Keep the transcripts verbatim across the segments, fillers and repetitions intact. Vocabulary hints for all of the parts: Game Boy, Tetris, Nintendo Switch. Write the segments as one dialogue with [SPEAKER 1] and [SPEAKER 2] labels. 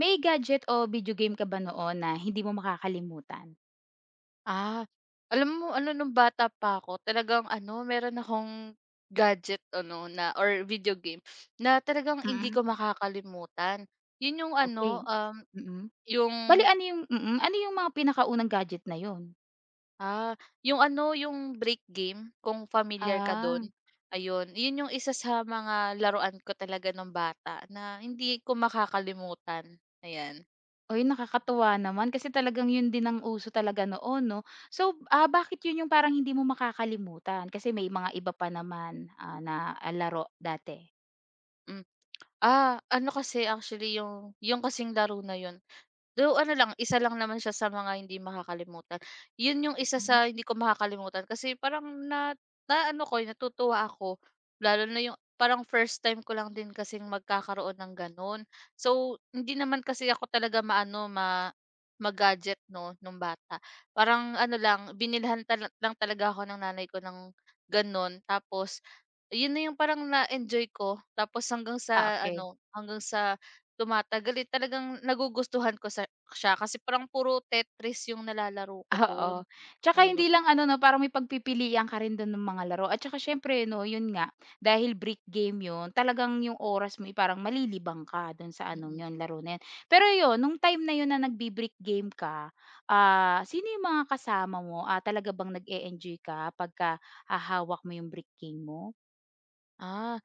[SPEAKER 1] May gadget o video game ka ba noon na hindi mo makakalimutan?
[SPEAKER 2] Ah, alam mo ano, nung bata pa ako, talagang ano, meron akong gadget ano na or video game na talagang hindi
[SPEAKER 1] Mm.
[SPEAKER 2] ko makakalimutan. Yun yung ano,
[SPEAKER 1] Okey.
[SPEAKER 2] um,
[SPEAKER 1] Mm.
[SPEAKER 2] yung,
[SPEAKER 1] Bale ano yung mm, ano yung mga pinakaunang gadget na yun?
[SPEAKER 2] ah, yung ano yung break game kung familiar ka dun,
[SPEAKER 1] Ah,
[SPEAKER 2] ayun. Yun yung isa sa mga laruan ko talaga nung bata na hindi ko makakalimutan, ayan.
[SPEAKER 1] uy nakakatuwa naman kasi talagang yun din ang uso talaga noon 'no. So, ah, bakit yun yung parang hindi mo makakalimutan? Kasi may mga iba pa naman, ah, na, ah, laro dati.
[SPEAKER 2] Hmm, ah, ano kasi actually yung yung kasing laro na yun. Though ano lang, isa lang naman siya sa mga hindi makakalimutan. Yun yung isa
[SPEAKER 1] Mm.
[SPEAKER 2] sa hindi ko makakalimutan kasi parang na na ano ko, eh, natutuwa ako lalo na yung parang first time ko lang din kasing magkakaroon ng gano'n. So, hindi naman kasi ako talaga maano, ma ma-gadget 'no, nung bata. Parang ano lang, binilhan tala lang talaga ako ng nanay ko ng gano'n tapos yun na yung parang na-enjoy ko tapos hanggang
[SPEAKER 1] Ah,
[SPEAKER 2] sa
[SPEAKER 1] okey.
[SPEAKER 2] ano, hanggang sa tumatagal, eh, talagang nagugustuhan ko sa siya kasi parang puro Tetris yung nalalaro ko
[SPEAKER 1] Oo,
[SPEAKER 2] dun,
[SPEAKER 1] tsaka
[SPEAKER 2] ayun.
[SPEAKER 1] hindi lang ano 'no, parang may pagpipilian ka rin don ng mga laro at saka siyempre 'no, yun nga, dahil brick game yun, talagang yung oras mo, eh, parang malilibang ka don sa anong
[SPEAKER 2] Mm.
[SPEAKER 1] yun, laro na yun. Pero yun, nung time na yun na nagbi-brick game ka, ah, sino yung mga kasama mo? Ah, talaga bang nag-e-enjoy ka pagka hahawak mo yung brick game mo?
[SPEAKER 2] Ah,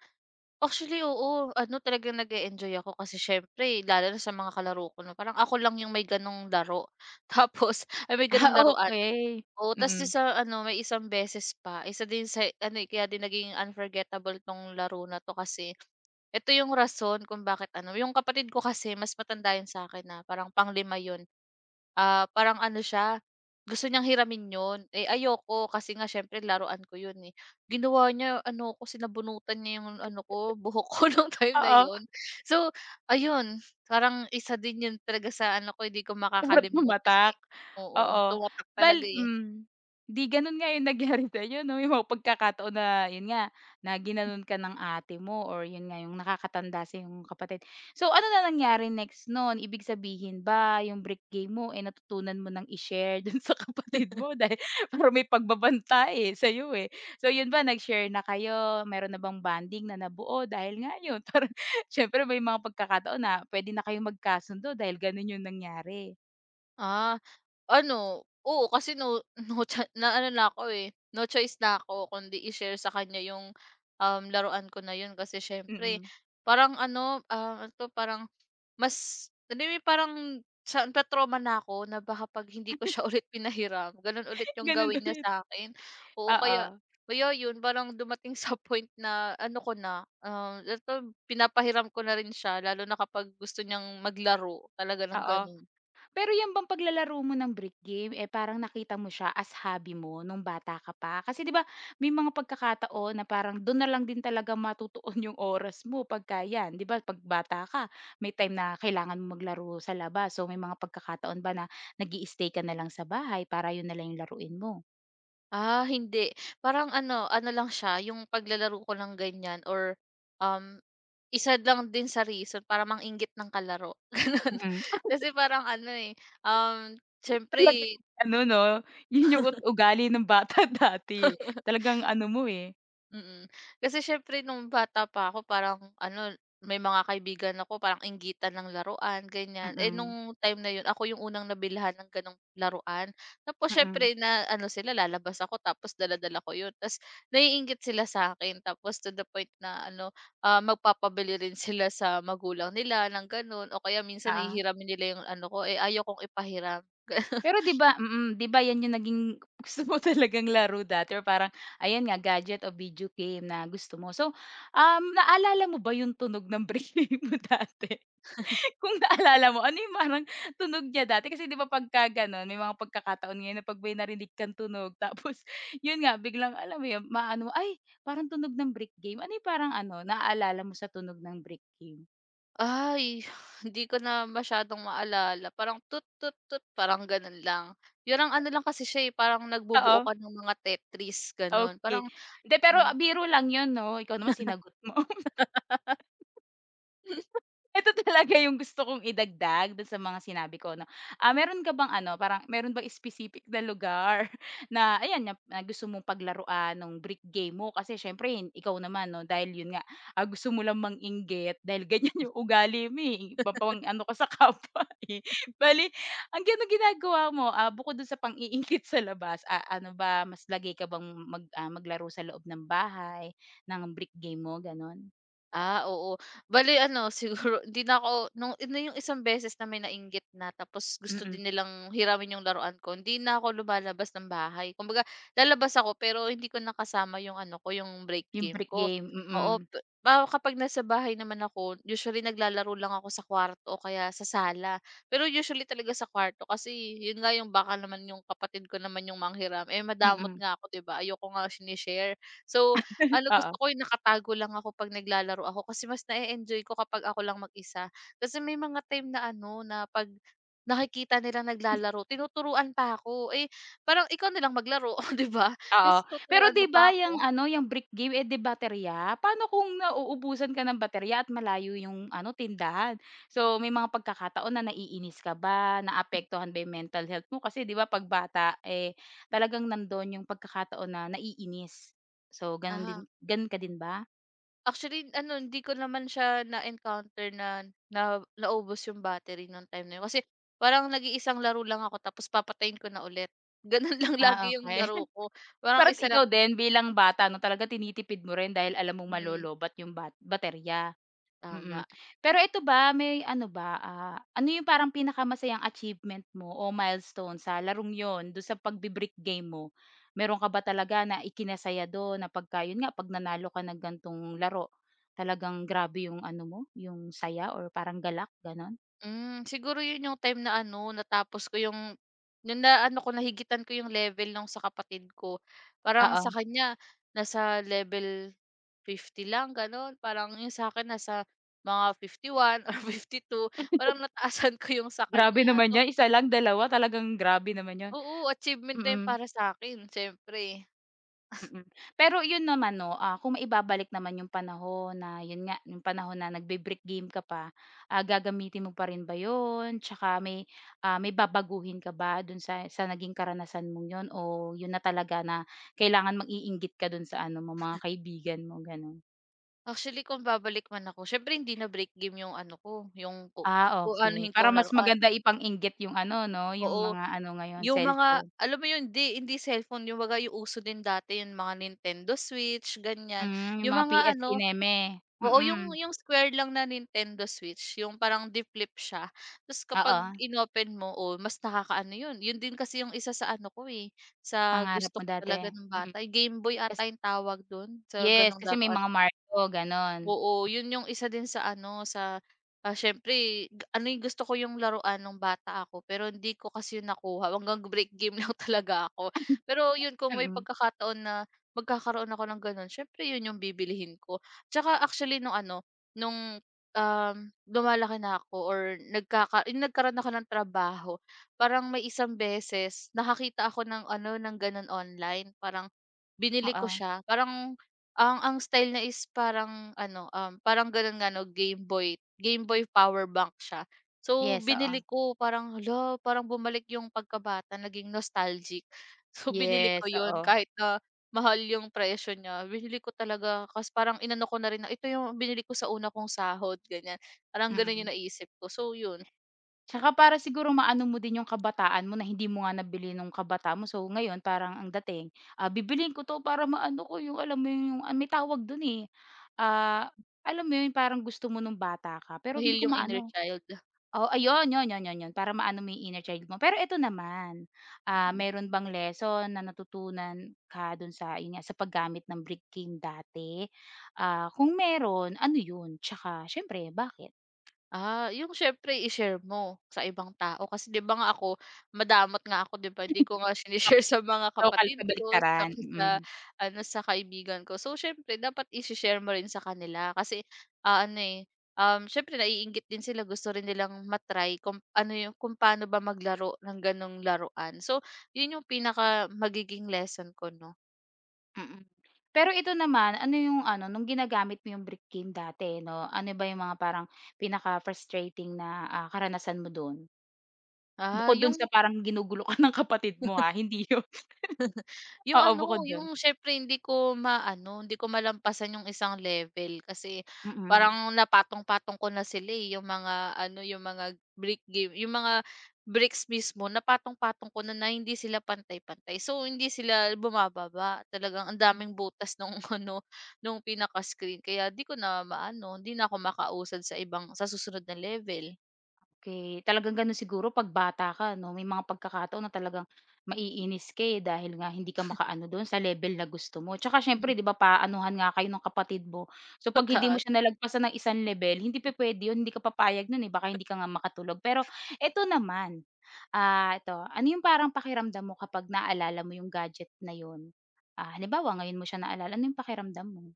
[SPEAKER 2] actually oo, ano talaga nag enjoy ako kasi siyempre lalo na sa mga kalaro ko 'no, parang ako lang yung may gano'ng laro. Tapos ay may
[SPEAKER 1] Ah,
[SPEAKER 2] gano'ng laruan.
[SPEAKER 1] okey.
[SPEAKER 2] Oo, ta's
[SPEAKER 1] Mm.
[SPEAKER 2] sa ano may isang beses pa, isa din sa ano, eh, kaya din naging unforgettable 'tong laro na 'to kasi ito yung rason kung bakit ano, yung kapatid ko kasi mas matanda yun sa akin na parang panglima lima yun. Ah, parang ano siya, gusto niyang hiramin yun, eh, ayoko kasi nga siyempre laruan ko yun, eh. Ginawa niya ano ko, sinabunutan niya yung ano ko, buhok ko nung time na
[SPEAKER 1] Oo.
[SPEAKER 2] yon. So, ayun, parang isa din yun talaga sa ano ko, hindi ko
[SPEAKER 1] Sarap
[SPEAKER 2] makakalimutan,
[SPEAKER 1] tumatak,
[SPEAKER 2] eh. Oo,
[SPEAKER 1] oo.
[SPEAKER 2] tumatak
[SPEAKER 1] Bal
[SPEAKER 2] talaga, eh.
[SPEAKER 1] hmm, 'di gano'n nga yung nangyari sa'yo 'no, yung mga pagkakataon na yun nga, na ginanon ka ng ate mo or yun nga yung nakakatanda sa'yo mong kapatid. So, ano na nangyari next nun? Ibig sabihin ba yung brick game mo, eh, natutunan mo ng i-share dun sa kapatid mo dahil parang may pagbabanta, eh, sa'yo, eh. So, yun ba nag-share na kayo? Meron na bang bonding na nabuo dahil nga yun parang siyempre may mga pagkakataon na puwede na kayong magkasundo dahil gano'n yung nangyari?
[SPEAKER 2] Ah, ano, oo kasi no no choi na ano na ako, eh, no choice na ako kundi i-share sa kanya yung, um, laruan ko na yun kasi siyempre
[SPEAKER 1] Mm.
[SPEAKER 2] parang ano, ah, ano 'to parang mas alam mo parang sa na-trauma na ako na baka 'pag hindi ko siya ulit pinahiram ganun ulit yung
[SPEAKER 1] Ganun
[SPEAKER 2] gawin niya
[SPEAKER 1] ulit.
[SPEAKER 2] sa akin. Oo, kaya
[SPEAKER 1] Oo,
[SPEAKER 2] kaya yun parang dumating sa point na ano ko na, um eto pinapahiram ko na rin siya lalo na kapag gusto niyang maglaro talaga ng
[SPEAKER 1] oo.
[SPEAKER 2] ganun.
[SPEAKER 1] Pero yan bang paglalaro mo ng brick game, eh, parang nakita mo siya as hobby mo nung bata ka pa? Kasi 'di ba may mga pagkakataon na parang dun na lang din talaga matutuon yung oras mo pagka yan, 'di ba 'pag bata ka may time na kailangan mong maglaro sa labas. So, may mga pagkakataon ba na nag-i-stay ka na lang sa bahay para yun na lang yung laruin mo?
[SPEAKER 2] Ah, hindi. Parang ano, ano lang siya, yung paglalaro ko lang ganyan or um, isa lang din sa reason para manginggit ng kalaro, gano'n.
[SPEAKER 1] Mm. Ah,
[SPEAKER 2] Kasi parang ano, eh, um,
[SPEAKER 1] yun talaga
[SPEAKER 2] siyempre.
[SPEAKER 1] yung ano 'no, yun yung ut ugali ng bata dati. Talagang ano mo, eh.
[SPEAKER 2] Mm. Kasi siyempre nung bata pa ako parang ano, may mga kaibigan ako parang inggitan ng laruan, ganyan. Eh, nung
[SPEAKER 1] Mm,
[SPEAKER 2] time na 'yun ako yung unang nabilhan ng gano'ng laruan. Tapos siyempre
[SPEAKER 1] mm.
[SPEAKER 2] na ano sila lalabas ako tapos dala-dala ko 'yun. Tapos naiinggit sila sa akin tapos to the point na ano, ah, magpapabili rin sila sa magulang nila ng gano'n o kaya minsan
[SPEAKER 1] Oo.
[SPEAKER 2] hihiramin nila yung ano ko, eh, ayaw kong ipahiram.
[SPEAKER 1] Pero 'di ba mm, 'di ba 'yan yung naging gusto mo talagang laro dati or parang ayan nga gadget o video game na gusto mo. So, um, naalala mo ba yung tunog ng break mo dati? Kung naalala mo, ano yung parang tunog niya dati? Kasi 'di ba pagka gano'n may mga pagkakataon ngayon na 'pag may narinig kang tunog tapos yun nga biglang alam mo yun, maano "Ay, parang tunog ng break game." Ano yung parang ano naalala mo sa tunog ng break game?
[SPEAKER 2] Ay, hindi ko na masyadong maalala. Parang tut tut tut, parang gano'n lang. 'Yun ang ano lang kasi siya, eh, parang nagbubuo
[SPEAKER 1] Oo,
[SPEAKER 2] ka ng mga Tetris, gano'n.
[SPEAKER 1] okay.
[SPEAKER 2] Parang.
[SPEAKER 1] Hindi pero
[SPEAKER 2] Hmm.
[SPEAKER 1] ah, biro lang yun 'no? Ikaw naman sinagot mo. ito talaga yung gusto kong idagdag dun sa mga sinabi ko 'no. Ah, meron ka bang ano, parang meron bang specific na lugar na ayan, na na gusto mong paglaruan ng brick game mo? Kasi siyempre ikaw naman 'no, dahil yun nga, ah, gusto mo lang manginggit dahil ganyan yung ugali mo, eh, mapang-ano ka sa kapwa, eh. Bale, ang anong ginagawa mo, ah, bukod dun sa pang-iinggit sa labas, ah, ano ba, mas lagay ka bang mag ah, maglaro sa loob ng bahay ng brick game mo, gano'n?
[SPEAKER 2] Ah, oo. Bale ano siguro hindi na ako nung na yung isang beses na may nainggit na tapos gusto
[SPEAKER 1] Mm,
[SPEAKER 2] din nilang hiramin yung laruan ko, hindi na ako lumalabas ng bahay. Kumbaga lalabas ako pero hindi ko nakasama yung ano ko, yung break
[SPEAKER 1] yung
[SPEAKER 2] game
[SPEAKER 1] brick
[SPEAKER 2] ko.
[SPEAKER 1] game, mm.
[SPEAKER 2] Oo, pe ah, kapag nasa bahay naman ako usually naglalaro lang ako sa kwarto o kaya sa sala. Pero usually talaga sa kwarto kasi yun nga yung baka naman yung kapatid ko naman yung manghiram, eh, madamot
[SPEAKER 1] Mm,
[SPEAKER 2] nga ako 'di ba, ayoko nga sinishare. So, ano, gusto
[SPEAKER 1] oo,
[SPEAKER 2] ko yung nakatago lang ako 'pag naglalaro ako kasi mas na enjoy ko kapag ako lang mag-isa. Kasi may mga time na ano, na 'pag nakikita nilang naglalaro tinuturuan pa ako. Eh, parang ikaw nilang maglaro, 'di ba?
[SPEAKER 1] oo.
[SPEAKER 2] Kasi
[SPEAKER 1] Pero
[SPEAKER 2] tuturuan
[SPEAKER 1] 'di
[SPEAKER 2] mo
[SPEAKER 1] ba
[SPEAKER 2] pa
[SPEAKER 1] yang
[SPEAKER 2] ako.
[SPEAKER 1] ano, yang brick game, eh, 'di baterya. Paano kung nauubusan ka ng baterya at malayo yung ano, tindahan? So, may mga pagkakataon na naiinis ka ba, naapektuhan ba yung mental health mo? Kasi 'di ba 'pag bata, eh, talagang nando'n yung pagkakataon na naiinis. So, gano'n din
[SPEAKER 2] Aha,
[SPEAKER 1] gano'n ka din ba?
[SPEAKER 2] actually ano, hindi ko naman siya na-encounter na na naubos yung battery nung time na yun. Kasi parang nag-iisang laro lang ako tapos papatayin ko na ulit. Gano'n lang
[SPEAKER 1] Ah,
[SPEAKER 2] lagi yung
[SPEAKER 1] okey.
[SPEAKER 2] laro ko, parang
[SPEAKER 1] Parang
[SPEAKER 2] isa lang
[SPEAKER 1] ikaw din bilang bata 'no, talaga tinitipid mo rin dahil alam mong
[SPEAKER 2] hmm,
[SPEAKER 1] malolobat yung bat baterya. Mm.
[SPEAKER 2] tama.
[SPEAKER 1] Pero ito ba, may ano ba, ah, ano yung parang pinakamasayang achievement mo o milestone sa larong yon dun sa pagbi-brick game mo? Meron ka ba talaga na ikinasaya dun na pagka yun nga, 'pag nanalo ka ng gan'tong laro, talagang grabe yung ano mo, yung saya or parang galak, gano'n?
[SPEAKER 2] Hmm, siguro 'yun yung time na ano, natapos ko yung yung na ano ko, nahigitan ko yung level nung sa kapatid ko. Parang
[SPEAKER 1] Oo,
[SPEAKER 2] sa kanya nasa level fifty lang gano'n, parang yung sa akin nasa mga fifty one or fifty two. Parang nataasan ko yung sa
[SPEAKER 1] grabe
[SPEAKER 2] kanya.
[SPEAKER 1] naman
[SPEAKER 2] So
[SPEAKER 1] 'yan, isa lang, dalawa, talagang grabe naman yon.
[SPEAKER 2] oo, achievement na 'yun
[SPEAKER 1] Mm.
[SPEAKER 2] para sa'kin siyempre.
[SPEAKER 1] Mm. Pero yun naman 'no, ah, kung maibabalik naman yung panahon na yun nga, yung panahon na nagbe-brick game ka pa, ah, gagamitin mo pa rin ba yun? Tsaka may, ah, may babaguhin ka ba dun sa sa naging karanasan mong yun o yun na talaga na kailangan mang-iinggit ka dun sa ano mo, mga kaibigan mo, gano'n?
[SPEAKER 2] Actually kung babalik man ako, siyempre hindi na break game yung ano ko, yung ku
[SPEAKER 1] Ah,
[SPEAKER 2] ku
[SPEAKER 1] okey.
[SPEAKER 2] aanuhin
[SPEAKER 1] Para
[SPEAKER 2] kong
[SPEAKER 1] mas
[SPEAKER 2] laruan,
[SPEAKER 1] maganda ipang-inggit yung ano 'no, yung
[SPEAKER 2] oo.
[SPEAKER 1] mga ano ngayon,
[SPEAKER 2] Yung mga
[SPEAKER 1] cellphone.
[SPEAKER 2] alam mo yun, hindi hindi cellphone, kumbaga yung uso din dati yung mga Nintendo Switch, ganyan.
[SPEAKER 1] Hmm, yung
[SPEAKER 2] Yung
[SPEAKER 1] mga
[SPEAKER 2] mga
[SPEAKER 1] P S
[SPEAKER 2] ano
[SPEAKER 1] kineme.
[SPEAKER 2] oo, yung
[SPEAKER 1] Mm.
[SPEAKER 2] yung square lang na Nintendo Switch, yung parang de-flip siya. Tapos kapag
[SPEAKER 1] Oo,
[SPEAKER 2] inopen mo, oh, mas nakakaano yun. Yun din kasi yung isa sa ano ko, eh, sa
[SPEAKER 1] pangarap
[SPEAKER 2] gusto
[SPEAKER 1] mo
[SPEAKER 2] ko
[SPEAKER 1] dati.
[SPEAKER 2] talaga ng
[SPEAKER 1] Mm.
[SPEAKER 2] bata. Game Boy
[SPEAKER 1] Kasi
[SPEAKER 2] ata yung tawag dun, sa
[SPEAKER 1] Yes,
[SPEAKER 2] gano'ng
[SPEAKER 1] kasi may
[SPEAKER 2] laruan.
[SPEAKER 1] mga marko gano'n.
[SPEAKER 2] Oo, yun yung isa din sa ano, sa, ah, siyempre ano yung gusto ko yung laruan nung bata ako, pero hindi ko kasi yun nakuha hanggang break game lang talaga ako. Pero yun kung may
[SPEAKER 1] Mm,
[SPEAKER 2] pagkakataon na magkakaroon ako ng gano'n siyempre yun yung bibilihin ko. Tsaka actually nung ano, nung, um, lumalaki na ako or nagkaka yung nagkaroon ako ng trabaho, parang may isang beses nakakita ako ng ano, ng gano'n online, parang binili ko
[SPEAKER 1] oo.
[SPEAKER 2] siya. Parang ang ang style niya is parang ano, um, parang gano'n nga 'no, Game Boy Game Boy power bank siya. So,
[SPEAKER 1] Yes,
[SPEAKER 2] binili
[SPEAKER 1] oo.
[SPEAKER 2] ko parang, hala, parang bumalik yung pagkabata, naging nostalgic. So, binili ko
[SPEAKER 1] Yes,
[SPEAKER 2] 'yun
[SPEAKER 1] oo,
[SPEAKER 2] kahit na mahal yung presyo niya, binili ko talaga kasi parang inano ko na rin na, "Ito yung binili ko sa una kong sahod," ganyan. Parang gano'n
[SPEAKER 1] mm.
[SPEAKER 2] yung naisip ko. So 'yun,
[SPEAKER 1] Tsaka para siguro maano mo din yung kabataan mo na hindi mo nga nabili nung kabataan mo so ngayon parang ang dating, ah, bibilhin ko 'to para maano ko yung alam mo yung ah, may tawag dun, eh, ah, alam mo yun parang gusto mo nung bata ka pero hindi
[SPEAKER 2] ma-heal
[SPEAKER 1] ko
[SPEAKER 2] yung inner
[SPEAKER 1] maano.
[SPEAKER 2] child.
[SPEAKER 1] Oh, ayun, yun, yun, yun, yun para maano mo yung inner child mo. Pero eto naman, ah,
[SPEAKER 2] Mm.
[SPEAKER 1] meron bang lesson na natutunan ka dun sa yun nga, sa paggamit ng brick game dati? Ah, kung meron, ano yun? Tsaka siyempre bakit?
[SPEAKER 2] Ah, yung siyempre i-share mo sa ibang tao kasi 'di ba nga ako madamot nga ako 'di ba, hindi ko nga sinishare sa mga
[SPEAKER 1] Lokal
[SPEAKER 2] kapatid ko
[SPEAKER 1] kabaliktaran,
[SPEAKER 2] tsaka sa
[SPEAKER 1] mm,
[SPEAKER 2] ano, sa kaibigan ko. So, siyempre dapat i share mo rin sa kanila kasi, ah, ano, eh, um, siyempre naiinggit din sila gusto rin nilang matry, kung ano yung kung paano ba maglaro ng gano'ng laruan. So, yun yung pinaka magiging lesson ko 'no.
[SPEAKER 1] mm. Pero ito naman, ano yung ano, nung ginagamit mo yung brick game dati 'no, ano ba yung mga parang pinaka-frustrating na, ah, karanasan mo dun?
[SPEAKER 2] Ah,
[SPEAKER 1] Bukod dun sa
[SPEAKER 2] yung.
[SPEAKER 1] parang ginugulo ka ng kapatid mo ha, hindi yun
[SPEAKER 2] Yung
[SPEAKER 1] oo, bukod
[SPEAKER 2] ano,
[SPEAKER 1] dun.
[SPEAKER 2] yung siyempre hindi ko maano, hindi ko malampasan yung isang level kasi
[SPEAKER 1] Mm.
[SPEAKER 2] parang napatong-patong ko na sila, eh, yung mga ano, yung mga brick game yung mga bricks mismo napatong-patong ko na na hindi sila pantay-pantay. So, hindi sila bumababa, talagang ang daming butas nung ano, nung pinaka-screen kaya 'di ko na maano, hindi na ako makausad sa ibang sa susunod na level.
[SPEAKER 1] okay talagang gano'n siguro 'pag bata ka 'no, may mga pagkakataon na talagang maiinis ka, eh, dahil nga hindi ka makaano do'n sa level na gusto mo. Tsaka siyempre
[SPEAKER 2] Hmm.
[SPEAKER 1] 'di ba paanuhan nga kayo ng kapatid mo. So 'pag hindi mo siya nalagpasan ng isang level hindi pa pwede 'yun, hindi ka papayag no'n, eh, baka hindi ka nga makatulog. Pero eto naman, ah, eto, ano 'yung parang pakiramdam mo kapag naalala mo 'yung gadget na 'yun? Ah, halimbawa ngayon mo siya naalala, ano 'yung pakiramdam mo?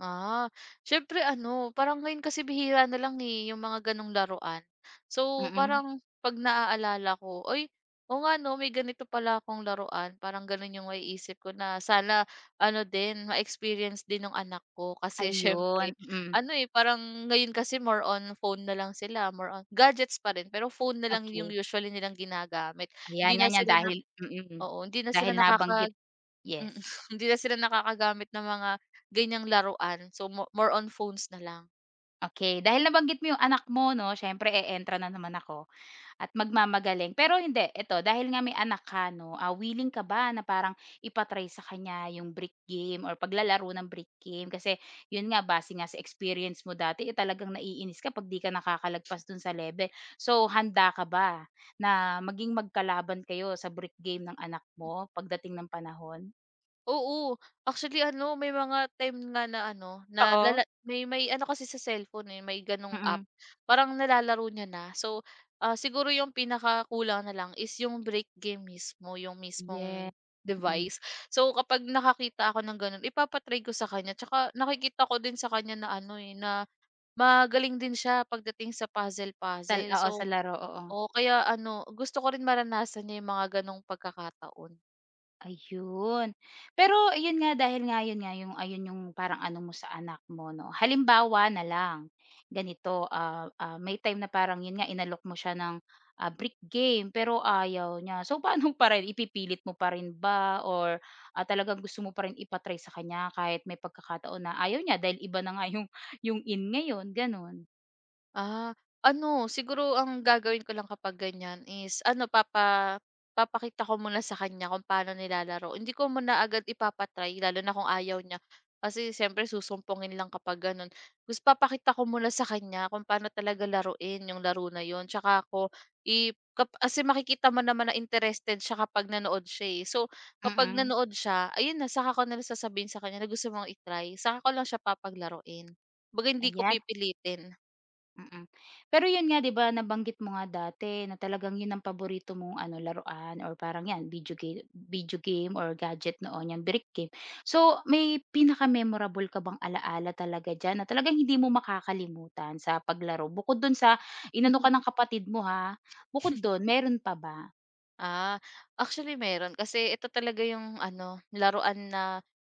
[SPEAKER 2] Ah, siyempre ano, parang ngayon kasi bihira na lang, eh, yung mga gano'ng laruan. So,
[SPEAKER 1] Mm,
[SPEAKER 2] parang 'pag naaalala ko, oy, o nga 'no, may ganito pala akong laruan." Parang gano'n yung maiisip ko na sana ano din, ma-experience din ng anak ko. Kasi
[SPEAKER 1] ayun,
[SPEAKER 2] siyempre
[SPEAKER 1] mm,
[SPEAKER 2] ano, eh, parang ngayon kasi more on phone na lang sila, more on gadgets pa rin, pero phone na lang
[SPEAKER 1] okay.
[SPEAKER 2] yung usually nilang ginagamit.
[SPEAKER 1] Ayan,
[SPEAKER 2] Hindi na
[SPEAKER 1] 'yan 'yan
[SPEAKER 2] sila na
[SPEAKER 1] dahil mm.
[SPEAKER 2] oo, hindi na sila
[SPEAKER 1] Dahil nabanggit
[SPEAKER 2] nakaka Mm,
[SPEAKER 1] yes.
[SPEAKER 2] hindi na sila nakakagamit ng mga ganyang laruan. So, mo more on phones na lang.
[SPEAKER 1] okay dahil nabanggit mo 'yung anak mo 'no, siyempre e-entra na naman ako at magmamagaling. Pero hindi, eto dahil nga may anak ka 'no, ah, willing ka ba na parang ipatry sa kanya 'yung brick game or paglalaro ng brick game? Kasi 'yun nga, base nga sa experience mo dati, eh, talagang naiinis ka 'pag 'di ka nakakalagpas dun sa level. So, handa ka ba na maging magkalaban kayo sa brick game ng anak mo pagdating ng panahon?
[SPEAKER 2] Oo, actually ano, may mga time nga na ano, na lala
[SPEAKER 1] Oo.
[SPEAKER 2] may may ano kasi sa cellphone, eh, may gano'ng
[SPEAKER 1] Mm.
[SPEAKER 2] app. Parang nalalaro niya na. So, ah, siguro yung pinakakulang na lang is yung break game mismo, yung
[SPEAKER 1] Yes,
[SPEAKER 2] mismong
[SPEAKER 1] mm.
[SPEAKER 2] device. So, kapag nakakita ako ng gano'n, ipapa ko sa kanya. Tsaka nakikita ko din sa kanya na ano, eh, na magaling din siya pagdating sa
[SPEAKER 1] Tal
[SPEAKER 2] puzzle-puzzle.
[SPEAKER 1] oo, sa
[SPEAKER 2] So
[SPEAKER 1] laro, oo.
[SPEAKER 2] oo, kaya ano, gusto ko rin maranasan niya yung mga gano'ng pagkakataon.
[SPEAKER 1] Ayun. Pero ayun nga, dahil nga yun nga yung ayun yung parang ano mo sa anak mo 'no. Halimbawa na lang, ganito, ah, ah, may time na parang yun nga inalok mo siya ng, ah, brick game pero ayaw niya. So, paano pa rin, ipipilit mo pa rin ba or, ah, talagang gusto mo pa rin ipa sa kanya kahit may pagkakataon na ayaw niya dahil iba na nga yung yung in ngayon, gano'n?
[SPEAKER 2] Ah, ano siguro ang gagawin ko lang kapag ganyan is ano papa papakita ko muna sa kanya kung paano nilalaro. Hindi ko muna agad ipapa lalo na kung ayaw niya. Kasi siyempre susumpungin lang kapag ganun. Gusto papakita ko muna sa kanya kung paano talaga laruin yung laro na yun. Tsaka ako i kap- kasi makikita mo naman na interested siya kapag nanood siya eh. So, kapag
[SPEAKER 1] Mm,
[SPEAKER 2] nanood siya, ayun na, saka ko na lang sasabihin sa kanya na gusto mong itry. Saka ko lang siya papaglaruin. Baga hindi ko
[SPEAKER 1] ayan.
[SPEAKER 2] pipilitin.
[SPEAKER 1] Mm. Pero yun nga 'di ba nabanggit mo nga dati na talagang yun ang paborito mong ano laruan or parang 'yan video game video game or gadget noon 'yang brick game. So may pinaka-memorable ka bang ala-ala talaga diyan na talagang hindi mo makakalimutan sa paglaro? Bukod dun sa inano ka ng kapatid mo ha, bukod dun meron pa ba?
[SPEAKER 2] Ah, actually meron kasi ito talaga yung ano, laruan na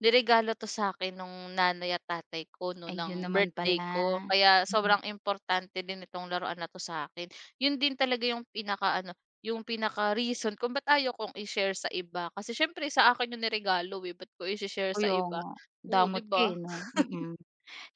[SPEAKER 2] niregalo 'to sa'kin nung nanay at tatay ko 'no,
[SPEAKER 1] Ayun
[SPEAKER 2] ng
[SPEAKER 1] naman
[SPEAKER 2] birthday
[SPEAKER 1] pala.
[SPEAKER 2] ko. Kaya
[SPEAKER 1] Mm.
[SPEAKER 2] sobrang importante din itong laruan na 'to sa akin. Yun din talaga yung pinaka ano yung pinaka-reason kung ba't ayaw kong i-share sa iba. Kasi siyempre sa akin yung niregalo, eh, ba't ko i share sa
[SPEAKER 1] Kaya
[SPEAKER 2] iba?
[SPEAKER 1] nga,
[SPEAKER 2] Oo, 'di
[SPEAKER 1] damot ka,
[SPEAKER 2] ba?
[SPEAKER 1] eh, 'no? Mm.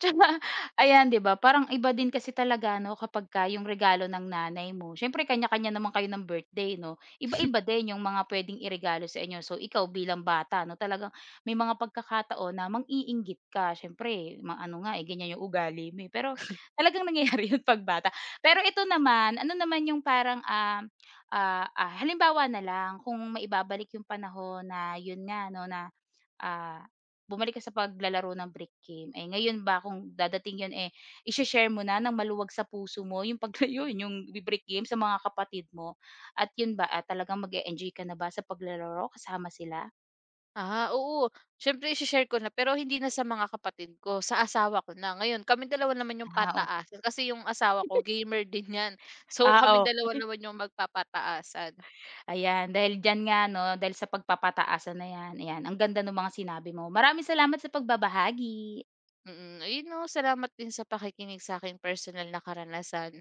[SPEAKER 1] Tsaka ayan 'di ba parang iba din kasi talaga ano kapagka yung regalo ng nanay mo, siyempre kanya-kanya naman kayo ng birthday 'no, iba-iba din yung mga pwedeng iregalo sa inyo. So ikaw bilang bata 'no, talagang may mga pagkakataon na mang-iinggit ka siyempre ma ano nga, eh, ganyan yung ugali mo, eh, pero talagang nangyayari yun 'pag bata. Pero ito naman, ano naman yung parang, ah, ah, ah, halimbawa na lang kung maibabalik yung panahon na yun nga 'no, na ah, bumalik ka sa paglalaro ng brick game. Eh, ngayon ba kung dadating 'yun, eh, isha share mo na ng maluwag sa puso mo yung pag yun, yung brick game sa mga kapatid mo at 'yun ba, ah, talagang mag enjoy ka na ba sa paglalaro kasama sila?
[SPEAKER 2] Ah, oo. Siyempre i share ko na pero hindi na sa mga kapatid ko, sa asawa ko na. Ngayon kami dalawa naman yung
[SPEAKER 1] Ah, o
[SPEAKER 2] pataasan kasi yung asawa ko gamer din 'yan. So kami
[SPEAKER 1] ah, o
[SPEAKER 2] dalawa naman yung magpapataasan.
[SPEAKER 1] ayan dahil diyan nga 'no, dahil sa pagpapataasan na 'yan, ayan ang ganda ng mga sinabi mo. Maraming salamat sa pagbabahagi.
[SPEAKER 2] Mm, ayun 'no, salamat din sa pakikinig sa akin personal na karanasan.